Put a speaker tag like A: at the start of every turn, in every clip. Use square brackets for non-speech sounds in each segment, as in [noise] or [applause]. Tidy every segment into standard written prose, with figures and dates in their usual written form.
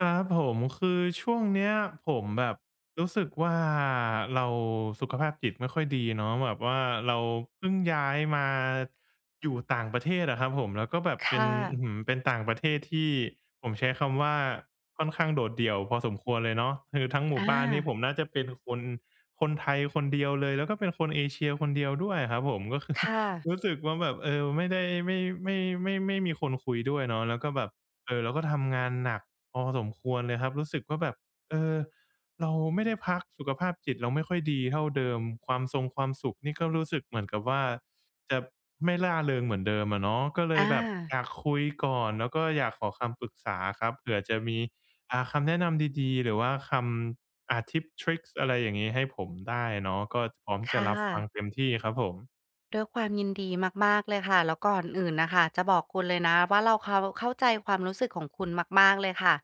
A: ครับผมคือช่วงเนี้ยผมแบบรู้สึกว่าเราสุขภาพจิตไม่ค่อยดีเนาะแบบว่าเราเพิ่งย้ายมาอยู่ต่างประเทศอะครับผมแล้วก็แบบเป็
B: ค่ะ
A: นอื้อฮือเป็นต่างประเทศที่ผมใช้คำว่าค่อนข้างโดดเดี่ยวพอสมควรเลยเนาะคือทั้งหมู่
B: อ
A: บ้านนี่ผ
B: า
A: มน่าจะเป็นคนคนไทยคนเดียวเลยแล้วก็เป็นคนเอเชียคนเดียวด้วยอะครับผมก็ [laughs] คือ
B: ค่ะ
A: รู้สึกว่าแบบเออไม่ได้ไม่ไม่ไม่มีคนคุยด้วยเนาะแล้วก็แบบเออเราก็ทำงานหนัก พอสมควรเลยครับรู้สึกว่าแบบเออเราไม่ได้พักสุขภาพจิตเราไม่ค่อยดีเท่าเดิมความทรงความสุขนี่ก็รู้สึกเหมือนกับว่าจะไม่ร่าเริงเหมือนเดิมอะเนาะก็เลย
B: อา
A: แบบอยากคุยก่อนแล้วก็อยากขอคำปรึกษาครับเผื่อจะมีคำแนะนำดีๆหรือว่าคำทิปทริกส์อะไรอย่างงี้ให้ผมได้เนาะก็พร้อมจะ
B: ค่ะ
A: รับฟังเต็มที่ครับผม
B: ด้วยความยินดีมากๆเลยค่ะแล้วก่อนอื่นน่ะค่ะจะบอกคุณเลยนะว่าเราเขาเข้าใจความรู้สึกของคุณมากๆเลยค่ะ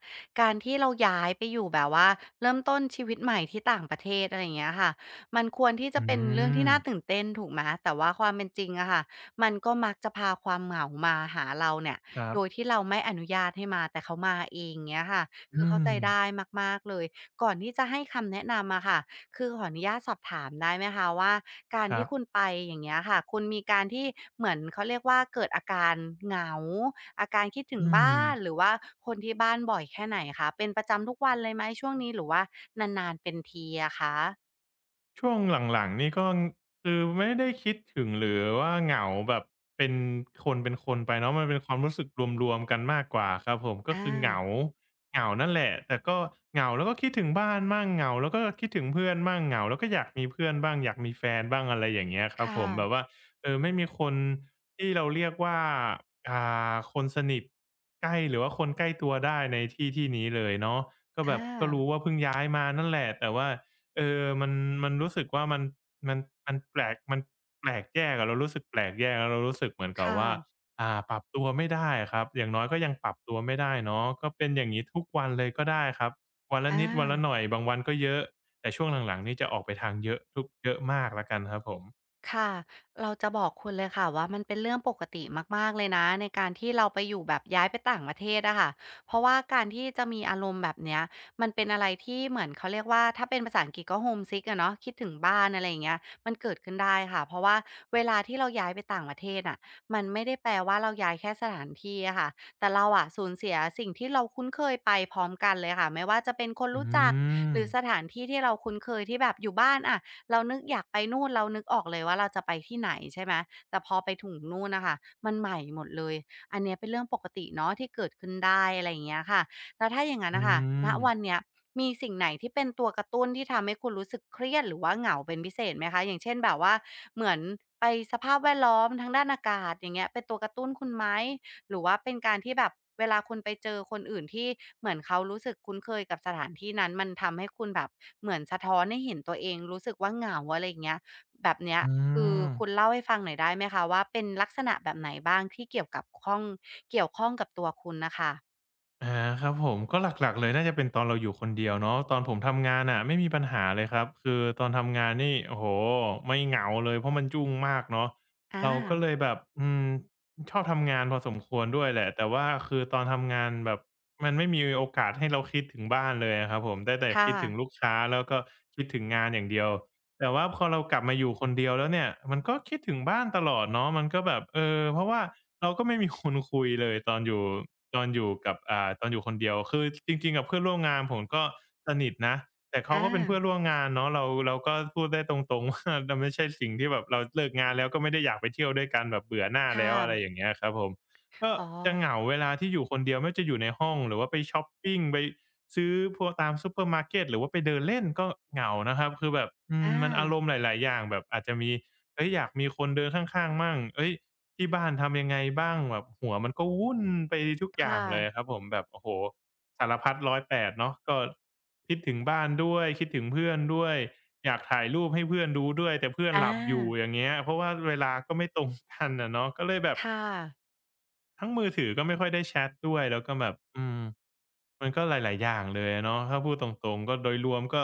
B: การที่เราย้ายไปอยู่แบบว่าเริ่มต้นชีวิตใหม่ที่ต่างประเทศอะไรอย่างเงี้ยค่ะมันควรที่
A: อื
B: จะเป็นเรื่องที่
A: ม
B: น่าตื่นเต้นถูกไหมแต่ว่าความเป็นจริงอะค่ะมันก็มักจะพาความเหงามาหาเราเนี่ย
A: ครับ
B: โดยที่เราไม่อนุญาตให้มาแต่เขามาเองเงี้ยค่ะคือ
A: อื
B: เข้า
A: ม
B: ใจได้มากๆเลยก่อนที่จะให้คำแนะนำอะค่ะคือขออนุญาตสอบถามได้ไหมคะว่า การ
A: ครั
B: ที่
A: บ
B: คุณไปอย่างเงี้ยค่ะคุณมีการที่เหมือนเขาเรียกว่าเกิดอาการเหงาอาการคิดถึง
A: อืม
B: บ้านหรือว่าคนที่บ้านบ่อยแค่ไหนคะเป็นประจำทุกวันเลยไหมช่วงนี้หรือว่านานๆเป็นทีอะคะ
A: ช่วงหลังๆนี่ก็คือไม่ได้คิดถึงหรือว่าเหงาแบบเป็นคนเป็นคนไปเนาะมันเป็นความรู้สึกรวมๆกันมากกว่าครับผมก็
B: อ
A: คือเหงา
B: า
A: เหงานั่นแหละแต่ก็เหงาแล้วก็คิดถึงบ้านมั่งเหงาแล้วก็คิดถึงเพื่อนมั่งเหงาแล้วก็อยากมีเพื่อนบ้างอยากมีแฟนบ้างอะไรอย่างเงี้ยครับผ
B: ค่ะ
A: มแบบว่าเออไม่มีคนที่เราเรียกว่าอ่คนสนิทใกล้หรือว่าคนใกล้ตัวได้ในที่ที่นี้เลยเนาะก็
B: อ
A: แบบก็
B: า
A: รู้ว่าเพิ่งย้ายมานั่นแหละแต่ว่า เออมันรู้สึกว่ามันมันมันแปลกแปลกแยกอะเรารู้สึกแปลกแยกแล้วเรารู้สึกเหมือนกับ
B: ค่ะ
A: ว่าปรับตัวไม่ได้อะครับ อย่างน้อยก็ยังปรับตัวไม่ได้เนาะก็เป็นอย่างงี้ทุกวันเลยก็ได้ครับ วันละ
B: อา
A: นิดวันละหน่อยบางวันก็เยอะ แต่ช่วงหลังๆนี่จะออกไปทางเยอะทุกเยอะมากแล้วกันครับผม
B: ค่ะเราจะบอกคุณเลยค่ะว่ามันเป็นเรื่องปกติมากๆเลยนะในการที่เราไปอยู่แบบย้ายไปต่างประเทศอะค่ะเพราะว่าการที่จะมีอารมณ์แบบเนี้ยมันเป็นอะไรที่เหมือนเขาเรียกว่าถ้าเป็นภาษาอังกฤษก็ homesick อะเนาะคิดถึงบ้านอะไรอย่างเงี้ยมันเกิดขึ้นได้ค่ะเพราะว่าเวลาที่เราย้ายไปต่างประเทศน่ะมันไม่ได้แปลว่าเราย้ายแค่สถานที่อะค่ะแต่เราอะสูญเสียสิ่งที่เราคุ้นเคยไปพร้อมกันเลยค่ะไม่ว่าจะเป็นคน
A: อื
B: รู้จักห
A: ม
B: รือสถานที่ที่เราคุ้นเคยที่แบบอยู่บ้านอะ เรานึกอยากไปนู่นเรานึกออกเลยว่าเราจะไปที่ไหนใช่ไหมแต่พอไปถึงนู่นน่ะค่ะมันใหม่หมดเลยอันเนี้ยเป็นเรื่องปกติเนาะที่เกิดขึ้นได้อะไรอย่างเงี้ยค่ะแล้วถ้าอย่างงั้น
A: อื
B: น่ะค่ะณ
A: ม
B: วันเนี้ยมีสิ่งไหนที่เป็นตัวกระตุ้นที่ทำให้คุณรู้สึกเครียดหรือว่าเหงาเป็นพิเศษไหมคะอย่างเช่นแบบว่าเหมือนไปสภาพแวดล้อมทางด้านอากาศอย่างเงี้ยเป็นตัวกระตุ้นคุณไหม หรือว่าเป็นการที่แบบเวลาคุณไปเจอคนอื่นที่เหมือนเขารู้สึกคุ้นเคยกับสถานที่นั้นมันทำให้คุณแบบเหมือนสะท้อนให้เห็นตัวเองรู้สึกว่าเหงาอะไรอย่างเงี้ยแบบเนี้ย
A: อื
B: คือ
A: ม
B: คุณเล่าให้ฟังหน่อยได้ไหมคะว่าเป็นลักษณะแบบไหนบ้างที่เกี่ยวข้องกับตัวคุณน่ะค่ะ
A: อาครับผมก็หลักๆเลยน่าจะเป็นตอนเราอยู่คนเดียวเนาะตอนผมทำงานน่ะไม่มีปัญหาเลยครับคือตอนทำงานนี่โอ้โฮไม่เหงาเลยเพราะมันยุ่งมากเนาะ
B: อา
A: เราก็เลยแบบชอบทำงานพอสมควรด้วยแหละแต่ว่าคือตอนทำงานแบบมันไม่มีโอกาสให้เราคิดถึงบ้านเลยอะครับผมได้แต่
B: ค่ะ
A: คิดถึงลูกค้าแล้วก็คิดถึงงานอย่างเดียวแต่ว่าพอเรากลับมาอยู่คนเดียวแล้วเนี่ยมันก็คิดถึงบ้านตลอดเนาะมันก็แบบเออเพราะว่าเราก็ไม่มี [laughs] คนคุยเลยตอนอยู่ ตอนอยู่กับอ่าตอนอยู่คนเดียวคือจริงๆกับเพื่อนร่วมงานผมก็สนิทนะแต่เขา
B: อา
A: ก็เป็นเพื่อนร่วมงานเนาะเราก็พูดได้ตรงๆ [laughs] ว่ามันไม่ใช่สิ่งที่แบบเราเลิกงานแล้วก็ไม่ได้อยากไปเที่ยวด้วยกันแบบเบื่อหน้าแล้
B: ค่ะ
A: วอะไรอย่างเงี้ยครับผมก็
B: อ๋อ
A: จะเหงาเวลาที่อยู่คนเดียวไม่ว่าจะอยู่ในห้องหรือว่าไปชอปปิงไปซื้อพวกตามซูเปอร์มาร์เกตหรือว่าไปเดินเล่นก็เหงานะครับคือแบบ
B: อ
A: มันอาร
B: า
A: มณ์หลายๆอย่างแบบอาจจะมีเฮ้ยอยากมีคนเดินข้างๆมั่งเฮ้ย ที่บ้านทำยังไงบ้างแบบหัวมันก็วุ่นไปทุกอย่า
B: ค่ะ
A: งเลยครับผมแบบโอ้โฮสารพัด108เนาะก็คิดถึงบ้านด้วยคิดถึงเพื่อนด้วยอยากถ่ายรูปให้เพื่อนดูด้วยแต่เพื่อน
B: อ
A: หลับอยู่
B: า
A: อย่างเงี้ยเพราะว่าเวลาก็ไม่ตรงกันอะเนาะก็เลยแบบ
B: ค่ะ
A: ทั้งมือถือก็ไม่ค่อยได้แชตด้วยแล้วก็แบบมันก็หลายๆอย่างเลยอะเนาะถ้าพูดตรงๆก็โดยรวมก็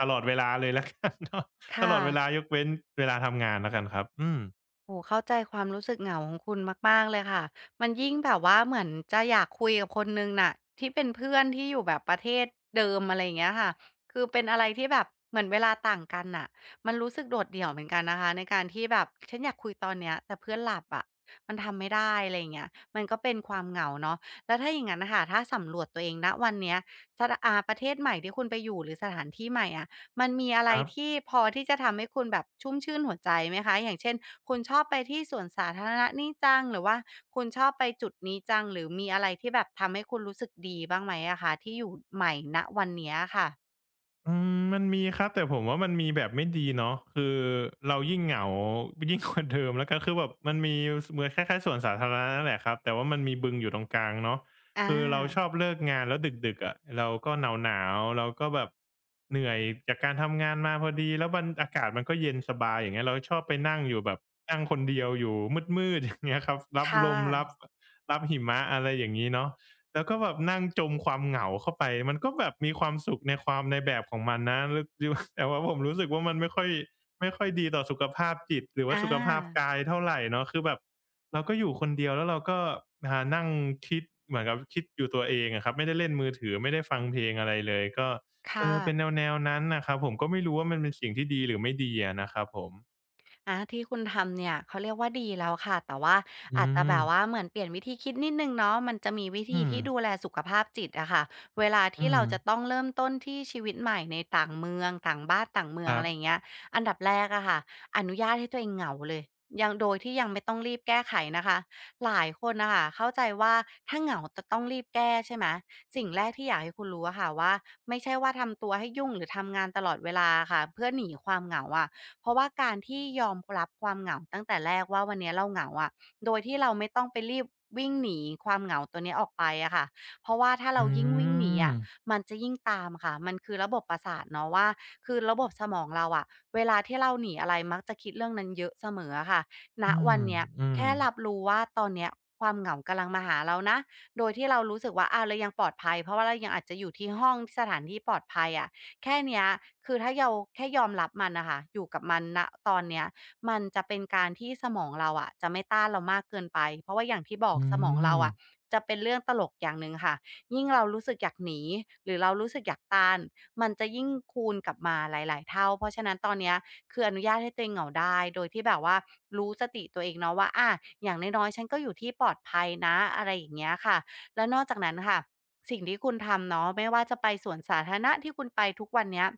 A: ตลอดเวลาเลยแล้วกัน [laughs] เนาะ
B: ค
A: ตลอดเวลา
B: ่ะ
A: ยกเว้นเวลาทำงานแล้วกันครับอืม
B: โอ้โฮเข้าใจความรู้สึกเหงาของคุณมากๆเลยค่ะมันยิ่งแบบว่าเหมือนจะอยากคุยกับคนหนึ่งน่ะที่เป็นเพื่อนที่อยู่แบบประเทศเดิมอะไรอย่างเงี้ยค่ะคือเป็นอะไรที่แบบเหมือนเวลาต่างกันน่ะมันรู้สึกโดดเดี่ยวเหมือนกันนะคะในการที่แบบฉันอยากคุยตอนเนี้ยแต่เพื่อนหลับอะมันทำไม่ได้อะไรอย่างเงี้ยมันก็เป็นความเหงาเนาะแล้วถ้าอย่างงั้นน่ะค่ะถ้าสำรวจตัวเองณวันเนี้ยสถาอ่าประเทศใหม่ที่คุณไปอยู่หรือสถานที่ใหม่อะ มันมีอะไร
A: ครับ
B: ที่พอที่จะทำให้คุณแบบชุ่มชื่นหัวใจไหมคะอย่างเช่นคุณชอบไปที่สวนสาธารณะนี่จังหรือว่าคุณชอบไปจุดนี้จังหรือมีอะไรที่แบบทำให้คุณรู้สึกดีบ้างไหมอะคะที่อยู่ใหม่ณวันเนี้ยค่ะ
A: อืมมันมีครับแต่ผมว่ามันมีแบบไม่ดีเนาะคือเรายิ่งเหงายิ่งกว่าเดิมแล้วก็คือแบบมันมีเหมือนคล้ายๆสวนสาธารณะนั่นแหละครับแต่ว่ามันมีบึงอยู่ตรงกลางเนาะ
B: อา
A: คือเราชอบเลิกงานแล้วดึกๆอะเราก็หนาวๆเราก็แบบเหนื่อยจากการทำงานมาพอดีแล้วมันอากาศมันก็เย็นสบายอย่างเงี้ยเราชอบไปนั่งอยู่แบบนั่งคนเดียวอยู่มืดๆอย่างเงี้ยครับรับ
B: ค่ะ
A: ลมรับหิมะอะไรอย่างงี้เนาะ แล้วก็แบบนั่งจมความเหงาเข้าไป มันก็แบบมีความสุขในความในแบบของมันนะแล้วอยู่ [laughs] แต่ว่าผมรู้สึกว่ามันไม่ค่อยดีต่อสุขภาพจิตหรือว่า
B: อา
A: สุขภาพกายเท่าไรเนาะคือแบบเราก็อยู่คนเดียวแล้วเราก็นั่งคิดเหมือนกับคิดอยู่ตัวเองอะครับ ไม่ได้เล่นมือถือไม่ได้ฟังเพลงอะไรเลยก็เอ
B: ค่ะ
A: อเป็นแนวๆนั้นน่ะครับผมก็ไม่รู้ว่ามันเป็นสิ่งที่ดีหรือไม่ดีอะนะครับผม
B: อาที่คุณทำเนี่ยเขาเรียกว่าดีแล้วค่ะแต่ว่า
A: อื
B: อาจจะแบ
A: ม
B: บว่าเหมือนเปลี่ยนวิธีคิดนิดหนึ่งเนาะมันจะมีวิธี
A: อืม
B: ที่ดูแลสุขภาพจิตอะค่ะเวลา
A: อื
B: ที่เรา
A: ม
B: จะต้องเริ่มต้นที่ชีวิตใหม่ในต่างเมืองต่างบ้านต่างเมื
A: ค
B: อง
A: รั
B: อะไรอย่าง
A: บ
B: เงี้ยอันดับแรกอะค่ะอนุญาตให้ตัวเองเหงาเลยยังโดยที่ยังไม่ต้องรีบแก้ไขนะคะหลายคนนะคะเข้าใจว่าถ้าเหงาจะต้องรีบแก้ใช่ไหมสิ่งแรกที่อยากให้คุณรู้อะค่ะว่าไม่ใช่ว่าทำตัวให้ยุ่งหรือทำงานตลอดเวลาค่ะเพื่อหนีความเหงาอะ เพราะว่าการที่ยอมรับความเหงาตั้งแต่แรกว่าวันเนี้ยเราเหงาอะโดยที่เราไม่ต้องไปรีบวิ่งหนีความเหงาตัวเนี้ยออกไปอะค่ะเพราะว่าถ้าเรา
A: อื
B: ยิ่งวิ่งหนี
A: ม
B: อะมันจะยิ่งตามค่ะมันคือระบบประสาทเนาะว่าคือระบบสมองเราอะเวลาที่เราหนีอะไรมักจะคิดเรื่องนั้นเยอะเสมออะค่ะณ
A: อืม
B: วันเนี้ย
A: อืม
B: แค่รับรู้ว่าตอนเนี้ยความเหงากำลังมาหาเรานะโดยที่เรารู้สึกว่าอาวเรายังปลอดภัยเพราะว่าเรายังอาจจะอยู่ที่ห้องสถานที่ปลอดภัยอะ แค่เนี้ยคือถ้าเราแค่ยอมรับมันนะคะอยู่กับมันณตอนเนี้ยมันจะเป็นการที่สมองเราอะจะไม่ต้านเรามากเกินไปเพราะว่าอย่างที่บอก
A: อื
B: สมองเรา
A: ม
B: อะจะเป็นเรื่องตลกอย่างหนึ่งค่ะยิ่งเรารู้สึกอยากหนีหรือเรารู้สึกอยากต้านมันจะยิ่งคูณกลับมาหลายๆเท่า เพราะฉะนั้นตอนเนี้ยคืออนุญาตให้ตัวเองเหงาได้โดยที่แบบว่ารู้สติตัวเองเนาะว่าอาอย่างน้อยๆฉันก็อยู่ที่ปลอดภัยนะอะไรอย่างเงี้ยค่ะ แล้วนอกจากนั้นค่ะสิ่งที่คุณทำเนาะไม่ว่าจะไปสวนสาธารณะที่คุณไปทุกวันเนี้ย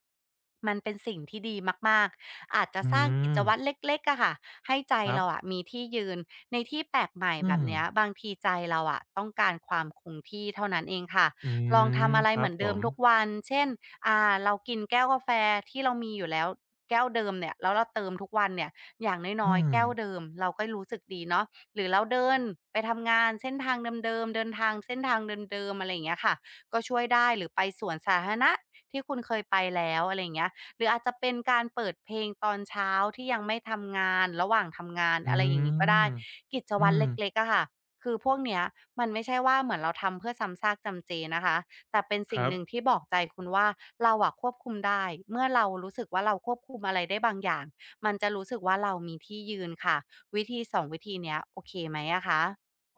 B: มันเป็นสิ่งที่ดีมากๆอาจจะ
A: อื
B: สร้างกิจ
A: ม
B: วัตรเล็กๆอะค่ะให้ใจ
A: ครับ
B: เราอะมีที่ยืนในที่แปลกใหม่
A: อื
B: แบ
A: ม
B: บเนี้ยบางทีใจเราอะต้องการความคงที่เท่านั้นเองค่ะ
A: อื
B: ลอง
A: ม
B: ทำอะไร
A: ค
B: เห
A: รั
B: มื
A: บ
B: อน
A: ผ
B: เดิม
A: ม
B: ทุกวันเช่นอ่าเรากินแก้วกาแฟที่เรามีอยู่แล้วแก้วเดิมเนี่ยแล้วเราเติมทุกวันเนี่ยอย่างน้อ
A: อื
B: ยๆ
A: ม
B: แก้วเดิมเราก็รู้สึกดีเนาะ หรือเราเดินไปทำงานเส้นทางเดิมๆเดินทางเส้นทางเดิมๆอะไรอย่างเงี้ยค่ะก็ช่วยได้หรือไปสวนสาธารณะที่คุณเคยไปแล้วอะไรอย่างเงี้ยหรืออาจจะเป็นการเปิดเพลงตอนเช้าที่ยังไม่ทำงานระหว่างทำงาน
A: อื
B: อะไรอย่างงี้ก็ได้
A: ม
B: กิจ
A: อื
B: วัตร
A: ม
B: เล็กๆอะค่ะคือพวกเนี้ยมันไม่ใช่ว่าเหมือนเราทำเพื่อซ้ำซากจำเจนะคะแต่เป็น
A: ค
B: สิ่ง
A: รั
B: ห
A: บ
B: นึ่งที่บอกใจคุณว่าเราอะควบคุมได้เมื่อเรารู้สึกว่าเราควบคุมอะไรได้บางอย่างมันจะรู้สึกว่าเรามีที่ยืนค่ะ วิธี2วิธีเนี้ยโอเคไหมอะคะ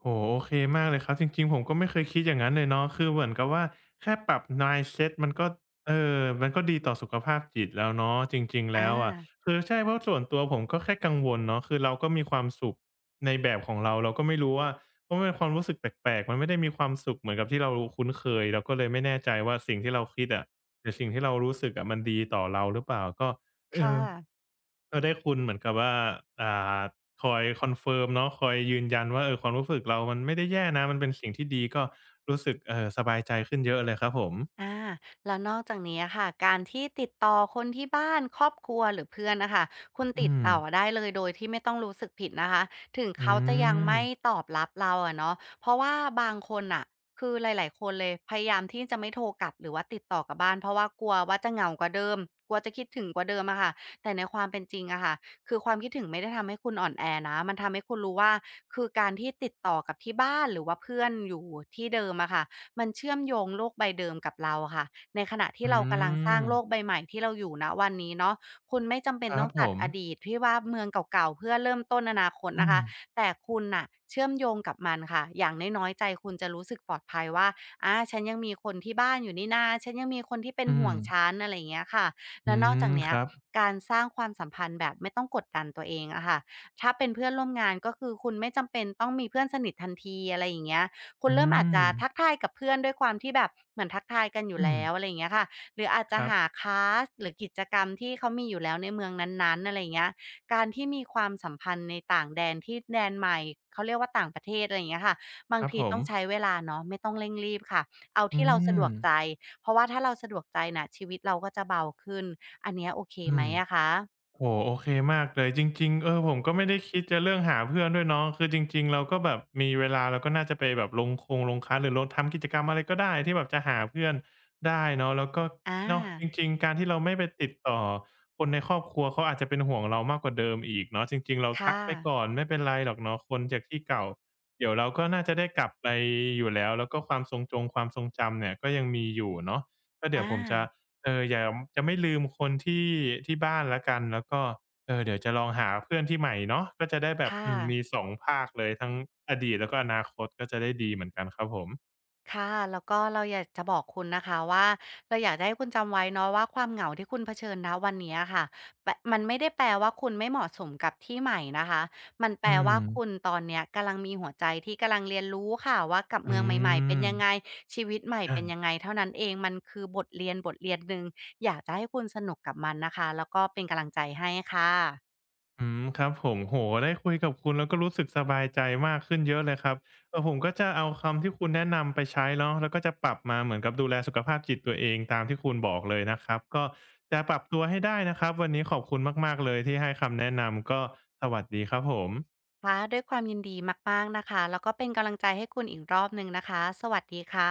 A: โอ้โฮโอเคมากเลยครับจริงๆผมก็ไม่เคยคิดอย่างนั้นเลยเนาะคือเหมือนกับว่าแค่ปรับ mindset มันก็ดีต่อสุขภาพจิตแล้วเนาะจริงๆ
B: อา
A: แล้วอะคือใช่เพราะส่วนตัวผมก็แค่กังวลเนาะคือเราก็มีความสุขในแบบของเราเราก็ไม่รู้ว่าเพราะมันเป็นความรู้สึกแปลกๆมันไม่ได้มีความสุขเหมือนกับที่เราคุ้นเคยเราก็เลยไม่แน่ใจว่าสิ่งที่เราคิดอะหรือสิ่งที่เรารู้สึกอะมันดีต่อเราหรือเปล่าก็เอ
B: ค่ะ
A: อ ก็ได้คุณเหมือนกับว่าอ่าคอยคอนเฟิร์มเนาะคอยยืนยันว่าเออความรู้สึกเรามันไม่ได้แย่นะมันเป็นสิ่งที่ดีก็รู้สึกสบายใจขึ้นเยอะเลยครับผม
B: อาแล้วนอกจากนี้อะค่ะการที่ติดต่อคนที่บ้านครอบครัวหรือเพื่อนนะคะคุณติ
A: อื
B: ด
A: ม
B: ต่อได้เลยโดยที่ไม่ต้องรู้สึกผิดนะคะถึง
A: อื
B: เขาจะยัง
A: ม
B: ไม่ตอบรับเราอะเนาะเพราะว่าบางคนอ่ะคือหลายๆคนเลยพยายามที่จะไม่โทรกลับหรือว่าติดต่อกลับบ้านเพราะว่ากลัวว่าจะเหงากว่าเดิมกลัวจะคิดถึงกว่าเดิมอะค่ะแต่ในความเป็นจริงอะค่ะคือความคิดถึงไม่ได้ทำให้คุณอ่อนแอนะมันทำให้คุณรู้ว่าคือการที่ติดต่อกับที่บ้านหรือว่าเพื่อนอยู่ที่เดิมอะค่ะ มันเชื่อมโยงโลกใบเดิมกับเราค่ะในขณะที่
A: อื
B: เรากำลังสร้า
A: ม
B: งโลกใบใหม่ที่เราอยู่ณวันนี้เนาะคุณไม่จำเป็
A: ค
B: น
A: รั
B: ต้อ
A: บ
B: ง
A: ผ
B: ตัด
A: ม
B: อดีตที่ว่าเมืองเก่าๆเพื่อเริ่มต้นอนาคต
A: อื
B: นะ
A: ม
B: คะแต่คุณน่ะเชื่อมโยงกับมันค่ะอย่างน้อยๆใจคุณจะรู้สึกปลอดภัยว่าอาฉันยังมีคนที่บ้านอยู่นี่นาฉันยังมีคนที่เป็น
A: อื
B: ห่ว
A: ม
B: งฉันอะไรอย่างเงี้ยค่ะ
A: อื
B: แล้วนอกจาก
A: ม
B: เนี้
A: ค
B: ย
A: รับ
B: การสร้างความสัมพันธ์แบบไม่ต้องกดดันตัวเองอะค่ะถ้าเป็นเพื่อนร่วมงานก็คือคุณไม่จำเป็นต้องมีเพื่อนสนิททันทีอะไรอย่างเงี้ย คุณ
A: อื
B: เริ่มอาจ
A: ม
B: จะทักทายกับเพื่อนด้วยความที่แบบเหมือนทักทายกันอยู่
A: อืม
B: แล้วอะไรอย่างเงี้ยค่ะหรืออาจ
A: ค
B: จะ
A: รับ
B: หาคลาสหรือกิจกรรมที่เขามีอยู่แล้วในเมืองนั้นๆอะไรอย่างเงี้ยการที่มีความสัมพันธ์ในต่างแดนที่แดนใหม่เขาเรียกว่าต่างประเทศอะไรอย่างเงี้ยค่ะบา
A: ค
B: ง
A: รับ
B: ที
A: ผ
B: ต้
A: ม
B: องใช้เวลาเนาะไม่ต้องเร่งรีบค่ะเอา
A: อื
B: ที่เรา
A: ม
B: สะดวกใจเพราะว่าถ้าเราสะดวกใจน่ะชีวิตเราก็จะเบาขึ้นอันเนี้ยโอเค
A: อื
B: ไหม
A: ม
B: อะคะ
A: โอ้โฮโอเคมากเลยจริงๆเออผมก็ไม่ได้คิดจะเรื่องหาเพื่อนด้วยเนาะคือจริงๆเราก็แบบมีเวลาเราก็น่าจะไปแบบลงคลาสหรือลงทำกิจกรรมอะไรก็ได้ที่แบบจะหาเพื่อนได้เนาะแล้วก็
B: อา
A: เนาะจริงๆการที่เราไม่ไปติดต่อคนในครอบครัวเขาอาจจะเป็นห่วงเรามากกว่าเดิมอีกเนาะจริงๆเราทั
B: ค่ะ
A: กไปก่อนไม่เป็นไรหรอกเนาะคนจากที่เก่าเดี๋ยวเราก็น่าจะได้กลับไปอยู่แล้วแล้วก็ความทรงจำเนี่ยก็ยังมีอยู่เนาะก็
B: อ
A: เดี๋ยวผมจะ
B: า
A: เอออย่าจะไม่ลืมคนที่ที่บ้านแล้วกันแล้วก็เออเดี๋ยวจะลองหาเพื่อนที่ใหม่เนาะก็จะได้แบบ
B: ค่ะ
A: มีสองภาคเลยทั้งอดีตแล้วก็อนาคตก็จะได้ดีเหมือนกันครับผม
B: ค่ะแล้วก็เราอยากจะบอกคุณนะคะว่าเราอยากจะให้คุณจำไว้เนาะว่าความเหงาที่คุณเผชิญณวันเนี้ยค่ะแปะมันไม่ได้แปลว่าคุณไม่เหมาะสมกับที่ใหม่นะคะมันแป
A: อื
B: ล
A: ม
B: ว่าคุณตอนเนี้ยกำลังมีหัวใจที่กำลังเรียนรู้ค่ะว่ากับ
A: อื
B: เมืองใหม่ๆเป็น
A: ม
B: ยังไงชีวิตใหม่เป็น
A: อา
B: ยังไงเท่านั้นเองมันคือบทเรียนบทเรียนหนึ่งอยากจะให้คุณสนุกกับมันนะคะแล้วก็เป็นกำลังใจให้ค่ะ
A: อืมครับผมโอ้โฮได้คุยกับคุณแล้วก็รู้สึกสบายใจมากขึ้นเยอะเลยครับผมก็จะเอาคำที่คุณแนะนำไปใช้เนาะแล้วก็จะปรับมาเหมือนกับดูแลสุขภาพจิตตัวเองตามที่คุณบอกเลยนะครับก็จะปรับตัวให้ได้นะครับวันนี้ขอบคุณมากๆเลยที่ให้คำแนะนำก็สวัสดีครับผม
B: ค่ะด้วยความยินดีมากๆนะคะแล้วก็เป็นกำลังใจให้คุณอีกรอบหนึ่งนะคะสวัสดีค่ะ